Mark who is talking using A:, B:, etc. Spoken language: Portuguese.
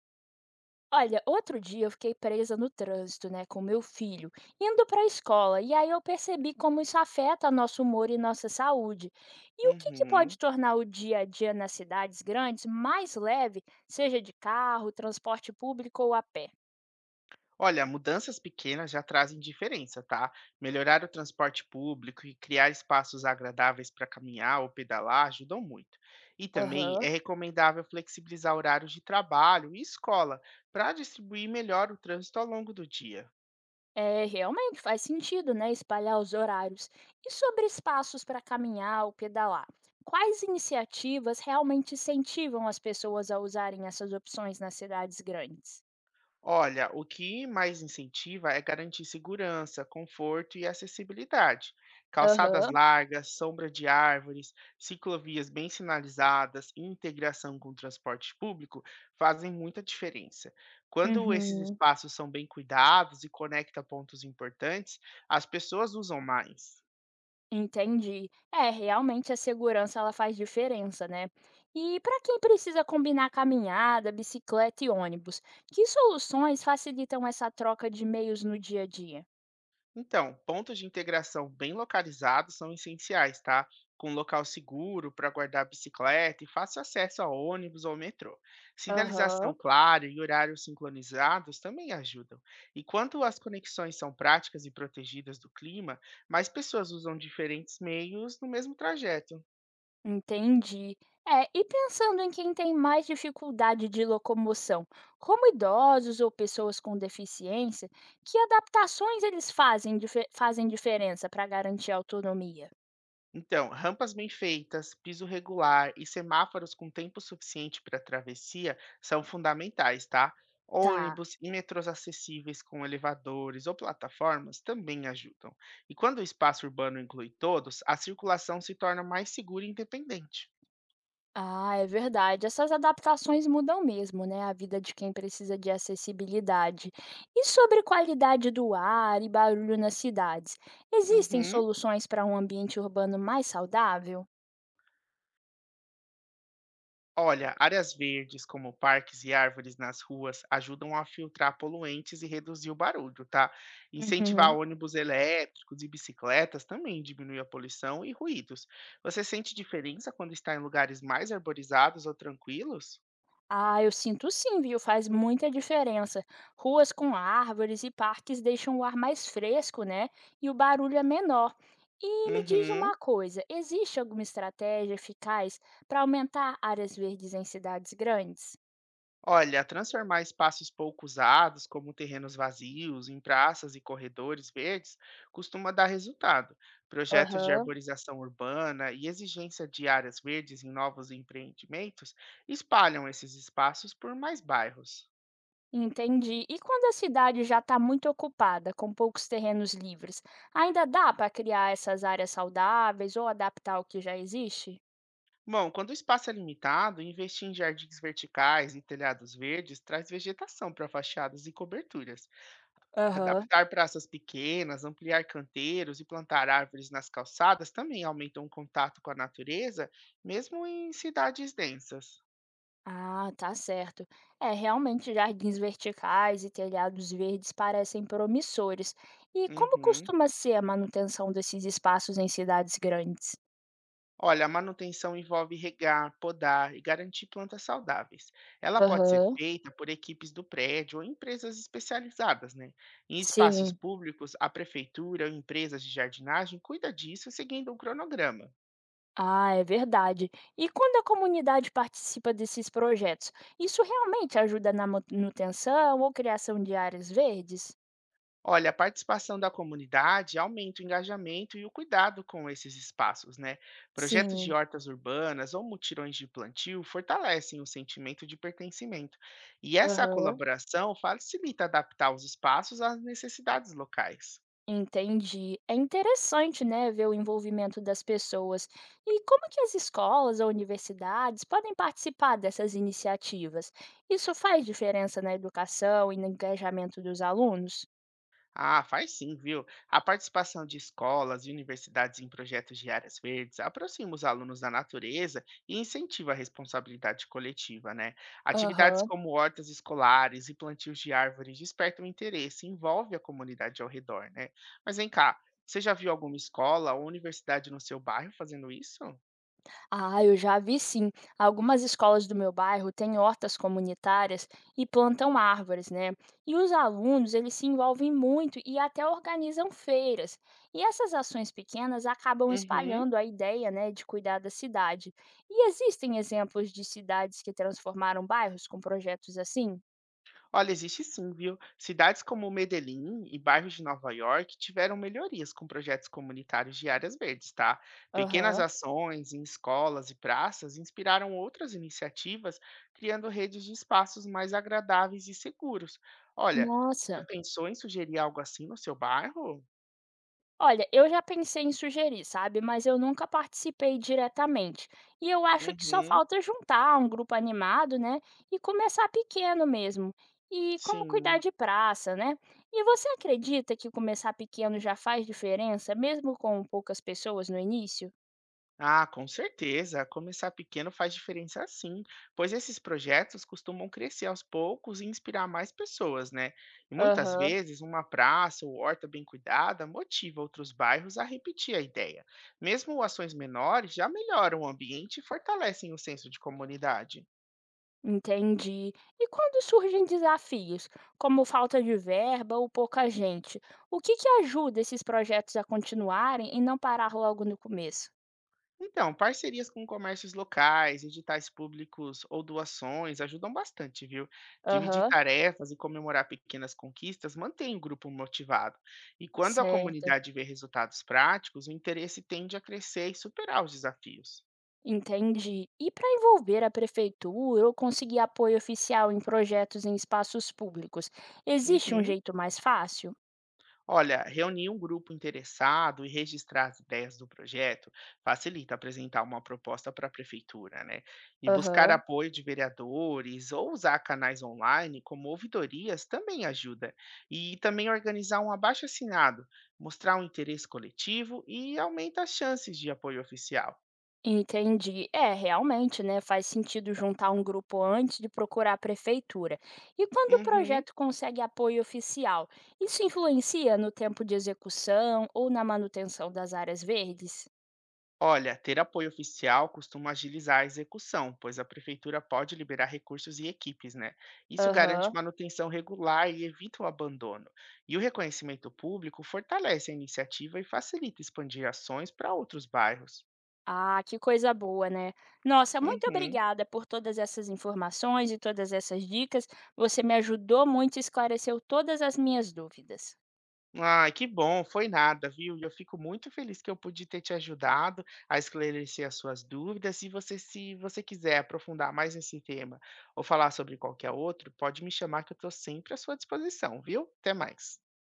A: Olha, outro dia eu fiquei presa no trânsito, né, com meu filho, indo para a escola, e aí eu percebi como isso afeta nosso humor e nossa saúde. E o que que
B: Uhum.
A: pode tornar o dia a dia nas cidades grandes mais leve, seja de carro, transporte público ou a pé?
B: Olha, mudanças pequenas já trazem diferença, tá? Melhorar o transporte público e criar espaços agradáveis para caminhar ou pedalar ajudam muito. E também é
A: Aham.
B: recomendável flexibilizar horários de trabalho e escola para distribuir melhor o trânsito ao longo do dia.
A: É, realmente faz sentido, né, espalhar os horários. E sobre espaços para caminhar ou pedalar? Quais iniciativas realmente incentivam as pessoas a usarem essas opções nas cidades grandes?
B: Olha, o que mais incentiva é garantir segurança, conforto e acessibilidade. Calçadas
A: Aham.
B: largas, sombra de árvores, ciclovias bem sinalizadas e integração com o transporte público fazem muita diferença. Quando esses
A: Uhum,
B: espaços são bem cuidados e conectam pontos importantes, as pessoas usam mais.
A: entendi. É, realmente a segurança ela faz diferença, né? E para quem precisa combinar caminhada, bicicleta e ônibus, que soluções facilitam essa troca de meios no dia a dia?
B: Então, pontos de integração bem localizados são essenciais, tá? Com local seguro para guardar bicicleta e fácil acesso a ônibus ou metrô. Sinalização
A: Aham,
B: clara e horários sincronizados também ajudam. E quanto as conexões são práticas e protegidas do clima, mais pessoas usam diferentes meios no mesmo trajeto.
A: entendi. É, e pensando em quem tem mais dificuldade de locomoção, como idosos ou pessoas com deficiência, que adaptações eles fazem, fazem diferença para garantir a autonomia?
B: Então, rampas bem feitas, piso regular e semáforos com tempo suficiente para travessia são fundamentais, tá?
A: Tá.
B: Ônibus e metrôs acessíveis com elevadores ou plataformas também ajudam. E quando o espaço urbano inclui todos, a circulação se torna mais segura e independente.
A: Ah, é verdade. Essas adaptações mudam mesmo, né? A vida de quem precisa de acessibilidade. E sobre qualidade do ar e barulho nas cidades, existem
B: Uhum.
A: soluções para um ambiente urbano mais saudável?
B: Olha, áreas verdes, como parques e árvores nas ruas, ajudam a filtrar poluentes e reduzir o barulho, tá? Incentivar
A: Uhum.
B: ônibus elétricos e bicicletas também diminui a poluição e ruídos. Você sente diferença quando está em lugares mais arborizados ou tranquilos?
A: Ah, eu sinto sim, viu? Faz muita diferença. Ruas com árvores e parques deixam o ar mais fresco, né? E o barulho é menor. E me diz
B: Uhum.
A: uma coisa: existe alguma estratégia eficaz para aumentar áreas verdes em cidades grandes?
B: Olha, transformar espaços pouco usados, como terrenos vazios, em praças e corredores verdes, costuma dar resultado. Projetos de
A: Aham.
B: arborização urbana e exigência de áreas verdes em novos empreendimentos espalham esses espaços por mais bairros.
A: Entendi. E quando a cidade já está muito ocupada, com poucos terrenos livres, ainda dá para criar essas áreas saudáveis ou adaptar o que já existe?
B: Bom, quando o espaço é limitado, investir em jardins verticais e telhados verdes traz vegetação para fachadas e coberturas.
A: Aham.
B: Adaptar praças pequenas, ampliar canteiros e plantar árvores nas calçadas também aumentam o contato com a natureza, mesmo em cidades densas.
A: Ah, tá certo. É, realmente jardins verticais e telhados verdes parecem promissores. E como
B: Uhum.
A: costuma ser a manutenção desses espaços em cidades grandes?
B: Olha, a manutenção envolve regar, podar e garantir plantas saudáveis. Ela pode ser
A: Aham.
B: feita por equipes do prédio ou empresas especializadas, né? Em espaços
A: Sim.
B: públicos, a prefeitura ou empresas de jardinagem cuida disso seguindo um cronograma.
A: Ah, é verdade. E quando a comunidade participa desses projetos, isso realmente ajuda na manutenção ou criação de áreas verdes?
B: Olha, a participação da comunidade aumenta o engajamento e o cuidado com esses espaços, né? Projetos de
A: Sim,
B: hortas urbanas ou mutirões de plantio fortalecem o sentimento de pertencimento. E essa
A: aham,
B: colaboração facilita adaptar os espaços às necessidades locais.
A: entendi. É interessante, né, ver o envolvimento das pessoas. E como que as escolas ou universidades podem participar dessas iniciativas? Isso faz diferença na educação e no engajamento dos alunos?
B: Ah, faz sim, viu? A participação de escolas e universidades em projetos de áreas verdes aproxima os alunos da natureza e incentiva a responsabilidade coletiva, né? Atividades
A: Aham.
B: como hortas escolares e plantios de árvores despertam interesse, envolve a comunidade ao redor, né? Mas vem cá, você já viu alguma escola ou universidade no seu bairro fazendo isso?
A: Ah, eu já vi sim. Algumas escolas do meu bairro têm hortas comunitárias e plantam árvores, né? E os alunos, eles se envolvem muito e até organizam feiras. E essas ações pequenas acabam
B: Uhum.
A: espalhando a ideia, né, de cuidar da cidade. E existem exemplos de cidades que transformaram bairros com projetos assim?
B: Olha, existe sim, viu? Cidades como Medellín e bairros de Nova York tiveram melhorias com projetos comunitários de áreas verdes, tá? Pequenas
A: Aham.
B: ações em escolas e praças inspiraram outras iniciativas, criando redes de espaços mais agradáveis e seguros. Olha, já
A: Nossa.
B: pensou em sugerir algo assim no seu bairro?
A: Olha, eu já pensei em sugerir, sabe, mas eu nunca participei diretamente. E eu acho que só
B: Uhum,
A: falta juntar um grupo animado, né, e começar pequeno mesmo. E como cuidar
B: sim.
A: de praça, né? E você acredita que começar pequeno já faz diferença, mesmo com poucas pessoas no início?
B: Ah, com certeza. Começar pequeno faz diferença sim, pois esses projetos costumam crescer aos poucos e inspirar mais pessoas, né? E muitas
A: Aham,
B: vezes uma praça ou horta bem cuidada motiva outros bairros a repetir a ideia. Mesmo ações menores já melhoram o ambiente e fortalecem o senso de comunidade.
A: entendi. E quando surgem desafios, como falta de verba ou pouca gente, o que que ajuda esses projetos a continuarem e não parar logo no começo?
B: Então, parcerias com comércios locais, editais públicos ou doações ajudam bastante, viu? Dividir
A: Aham.
B: tarefas e comemorar pequenas conquistas mantém o grupo motivado. E quando a
A: Certo,
B: comunidade vê resultados práticos, o interesse tende a crescer e superar os desafios.
A: entendi. E para envolver a prefeitura ou conseguir apoio oficial em projetos em espaços públicos, existe um
B: Uhum.
A: jeito mais fácil?
B: Olha, reunir um grupo interessado e registrar as ideias do projeto facilita apresentar uma proposta para a prefeitura, né? E buscar
A: Aham,
B: apoio de vereadores ou usar canais online como ouvidorias também ajuda. E também organizar um abaixo-assinado, mostrar um interesse coletivo e aumenta as chances de apoio oficial.
A: entendi. É, realmente, né? Faz sentido juntar um grupo antes de procurar a prefeitura. E quando o
B: Uhum.
A: projeto consegue apoio oficial, isso influencia no tempo de execução ou na manutenção das áreas verdes?
B: Olha, ter apoio oficial costuma agilizar a execução, pois a prefeitura pode liberar recursos e equipes, né? Isso garante
A: Aham.
B: manutenção regular e evita o abandono. E o reconhecimento público fortalece a iniciativa e facilita expandir ações para outros bairros.
A: Ah, que coisa boa, né? Nossa, muito
B: Uhum.
A: obrigada por todas essas informações e todas essas dicas. Você me ajudou muito e esclareceu todas as minhas dúvidas.
B: Ai, que bom, foi nada, viu? E eu fico muito feliz que eu pude ter te ajudado a esclarecer as suas dúvidas. Se você quiser aprofundar mais nesse tema ou falar sobre qualquer outro, pode me chamar que eu estou sempre à sua disposição, viu? Até mais.